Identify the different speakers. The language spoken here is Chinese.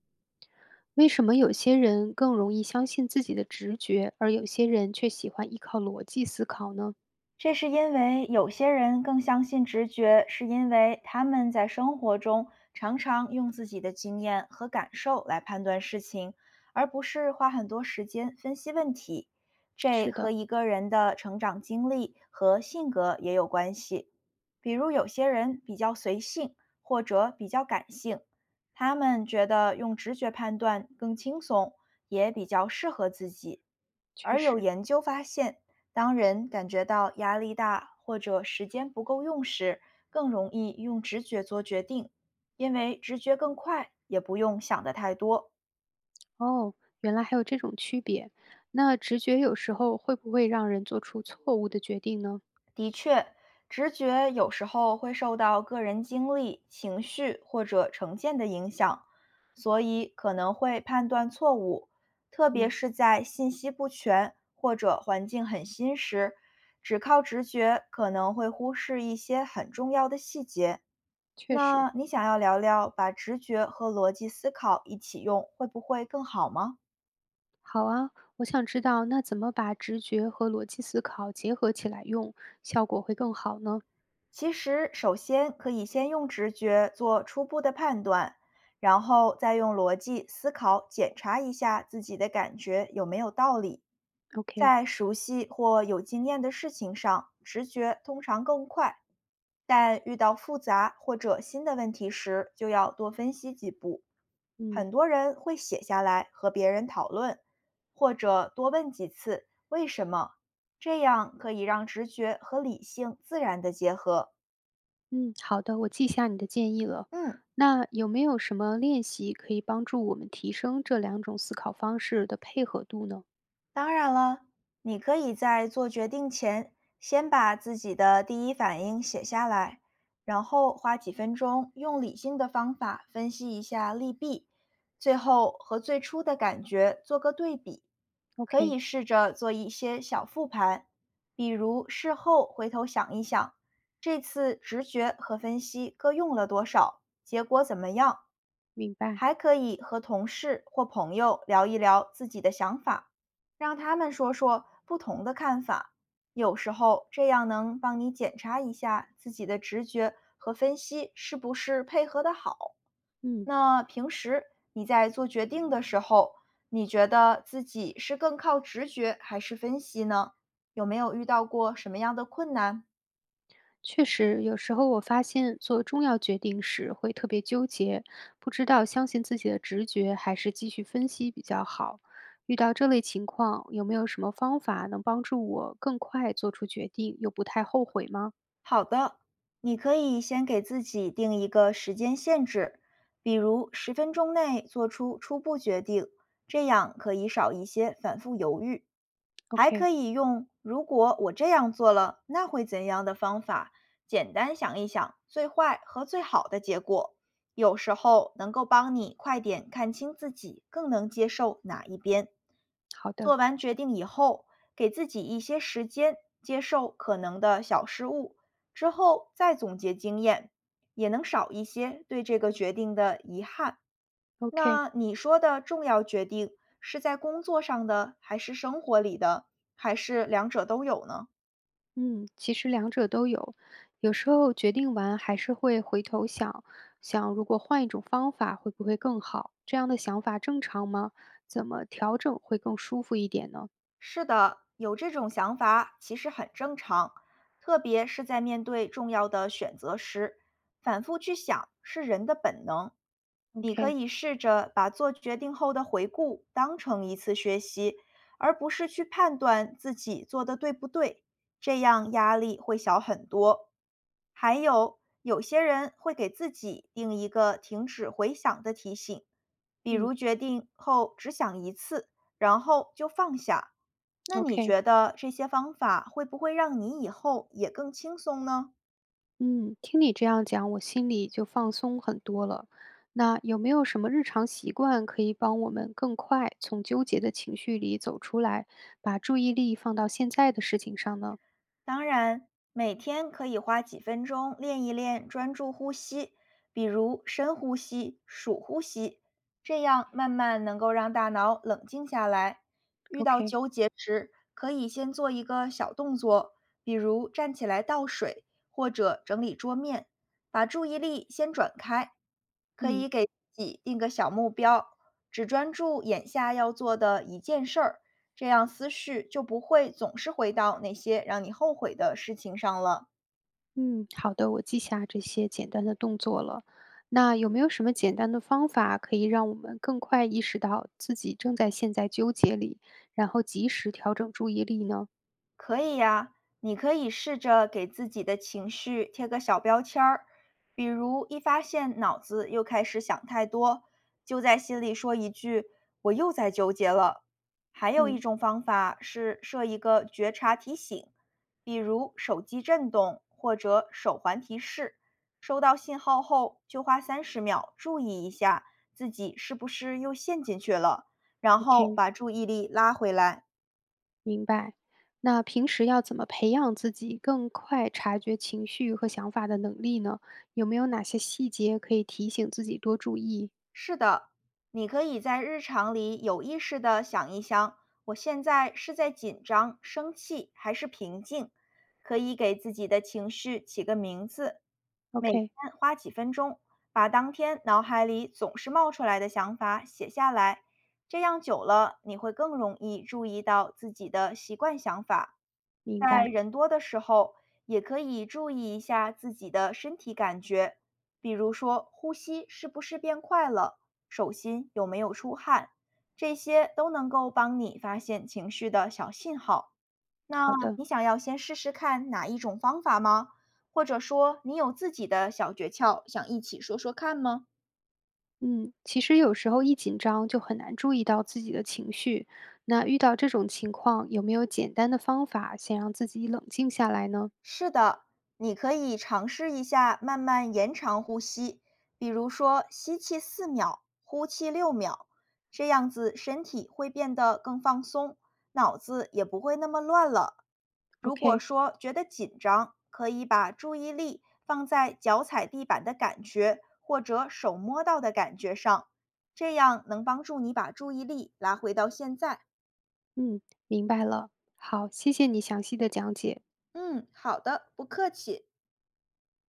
Speaker 1: 为什么有些人更容易相信自己的直觉，而有些人却喜欢依靠逻辑思考呢？
Speaker 2: 这是因为有些人更相信直觉，是因为他们在生活中常常用自己的经验和感受来判断事情，而不是花很多时间分析问题。这
Speaker 1: 是
Speaker 2: 和
Speaker 1: 的，
Speaker 2: 一个人的成长经历和性格也有关系。比如，有些人比较随性或者比较感性，他们觉得用直觉判断更轻松，也比较适合自己。
Speaker 1: 确
Speaker 2: 而有
Speaker 1: 实。
Speaker 2: 研究发现，当人感觉到压力大或者时间不够用时，更容易用直觉做决定，因为直觉更快，也不用想得太多。
Speaker 1: 哦，原来还有这种区别。那直觉有时候会不会让人做出错误的决定呢？
Speaker 2: 的确，直觉有时候会受到个人经历、情绪或者成见的影响，所以可能会判断错误，特别
Speaker 1: 嗯，
Speaker 2: 是在信息不全或者环境很新时，只靠直觉可能会忽视一些很重要的细节。
Speaker 1: 确实。
Speaker 2: 那你想要聊聊把直觉和逻辑思考一起用，会不会更好吗？
Speaker 1: 好啊，我想知道，那怎么把直觉和逻辑思考结合起来用，效果会更好呢
Speaker 2: 其实，首先可以先用直觉做初步的判断，然后再用逻辑思考检查一下自己的感觉有没有道理。
Speaker 1: ？OK，
Speaker 2: 在熟悉或有经验的事情上，直觉通常更快，但遇到复杂或者新的问题时，就要多分析几步。很
Speaker 1: 嗯。
Speaker 2: 多人会写下来和别人讨论，或者多问几次“为什么”，这样可以让直觉和理性自然的结合。
Speaker 1: 嗯，好的，我记下你的建议了。
Speaker 2: 嗯，
Speaker 1: 那有没有什么练习可以帮助我们提升这两种思考方式的配合度呢
Speaker 2: 当然了，你可以在做决定前，先把自己的第一反应写下来，然后花几分钟用理性的方法分析一下利弊，最后和最初的感觉做个对比。可以
Speaker 1: ？OK，
Speaker 2: 试着做一些小复盘，比如事后回头想一想，这次直觉和分析各用了多少，结果怎么样。
Speaker 1: 明白。
Speaker 2: 还可以和同事或朋友聊一聊自己的想法。让他们说说不同的看法，有时候这样能帮你检查一下自己的直觉和分析是不是配合的好。
Speaker 1: 嗯，
Speaker 2: 那平时你在做决定的时候，你觉得自己是更靠直觉还是分析呢？有没有遇到过什么样的困难？
Speaker 1: 确实，有时候我发现做重要决定时会特别纠结，不知道相信自己的直觉还是继续分析比较好。遇到这类情况，有没有什么方法能帮助我更快做出决定，又不太后悔吗
Speaker 2: 好的，你可以先给自己定一个时间限制，比如10分钟内做出初步决定，这样可以少一些反复犹豫。还
Speaker 1: ？OK，
Speaker 2: 可以用“如果我这样做了，那会怎样”的方法，简单想一想最坏和最好的结果，有时候能够帮你快点看清自己更能接受哪一边。
Speaker 1: 好
Speaker 2: 做
Speaker 1: 的
Speaker 2: 完决定以后，给自己一些时间接受可能的小失误之后再总结经验，也能少一些对这个决定的遗憾。
Speaker 1: ，OK。
Speaker 2: 那你说的重要决定是在工作上的，还是生活里的，还是两者都有呢？
Speaker 1: 嗯，其实两者都有，有时候决定完还是会回头想，想如果换一种方法会不会更好？这样的想法正常吗？怎么调整会更舒服一点呢
Speaker 2: 是的，有这种想法其实很正常，特别是在面对重要的选择时，反复去想是人的本能。你可
Speaker 1: ？OK，
Speaker 2: 以试着把做决定后的回顾当成一次学习，而不是去判断自己做的对不对，这样压力会小很多。还有，有些人会给自己定一个停止回想的提醒，比
Speaker 1: 嗯
Speaker 2: 如决定后只想一次，然后就放下。那你
Speaker 1: ，OK，
Speaker 2: 觉得这些方法会不会让你以后也更轻松呢？
Speaker 1: 嗯，听你这样讲，我心里就放松很多了。那有没有什么日常习惯可以帮我们更快从纠结的情绪里走出来，把注意力放到现在的事情上呢
Speaker 2: 当然，每天可以花几分钟练一练专注呼吸，比如深呼吸、数呼吸，这样慢慢能够让大脑冷静下来，
Speaker 1: ？OK，
Speaker 2: 可以先做一个小动作，比如站起来倒水或者整理桌面，把注意力先转开。可
Speaker 1: 嗯。
Speaker 2: 以给自己定个小目标，只专注眼下要做的一件事儿，这样思绪就不会总是回到那些让你后悔的事情上了。
Speaker 1: 嗯，好的，我记下这些简单的动作了。那有没有什么简单的方法可以让我们更快意识到自己正在陷在纠结里，然后及时调整注意力呢？
Speaker 2: 可以呀，你可以试着给自己的情绪贴个小标签儿，比如一发现脑子又开始想太多，就在心里说一句“我又在纠结了”。还有一
Speaker 1: 嗯
Speaker 2: 种方法是设一个觉察提醒，比如手机震动或者手环提示，收到信号后就花30秒注意一下自己是不是又陷进去了，然后
Speaker 1: ，OK，
Speaker 2: 把注意力拉回来。
Speaker 1: 明白。那平时要怎么培养自己更快察觉情绪和想法的能力呢？有没有哪些细节可以提醒自己多注意
Speaker 2: 是的，你可以在日常里有意识的想一想，我现在是在紧张、生气还是平静？可以给自己的情绪起个名字，每天
Speaker 1: ？OK，
Speaker 2: 花几分钟，把当天脑海里总是冒出来的想法写下来，这样久了，你会更容易注意到自己的习惯想法。
Speaker 1: 明
Speaker 2: 在
Speaker 1: 白。
Speaker 2: 人多的时候，也可以注意一下自己的身体感觉，比如说呼吸是不是变快了，手心有没有出汗，这些都能够帮你发现情绪的小信号。那
Speaker 1: 好的。
Speaker 2: 你想要先试试看哪一种方法吗？或者说你有自己的小诀窍，想一起说说看吗？
Speaker 1: 嗯，其实有时候一紧张就很难注意到自己的情绪。那遇到这种情况，有没有简单的方法先让自己冷静下来呢
Speaker 2: 是的，你可以尝试一下慢慢延长呼吸，比如说吸气4秒，呼气6秒，这样子身体会变得更放松，脑子也不会那么乱了。如果
Speaker 1: ？OK，
Speaker 2: 说觉得紧张，可以把注意力放在脚踩地板的感觉或者手摸到的感觉上，这样能帮助你把注意力拉回到现在。
Speaker 1: 嗯，明白了。好，谢谢你详细的讲解。
Speaker 2: 嗯，好的，不客气。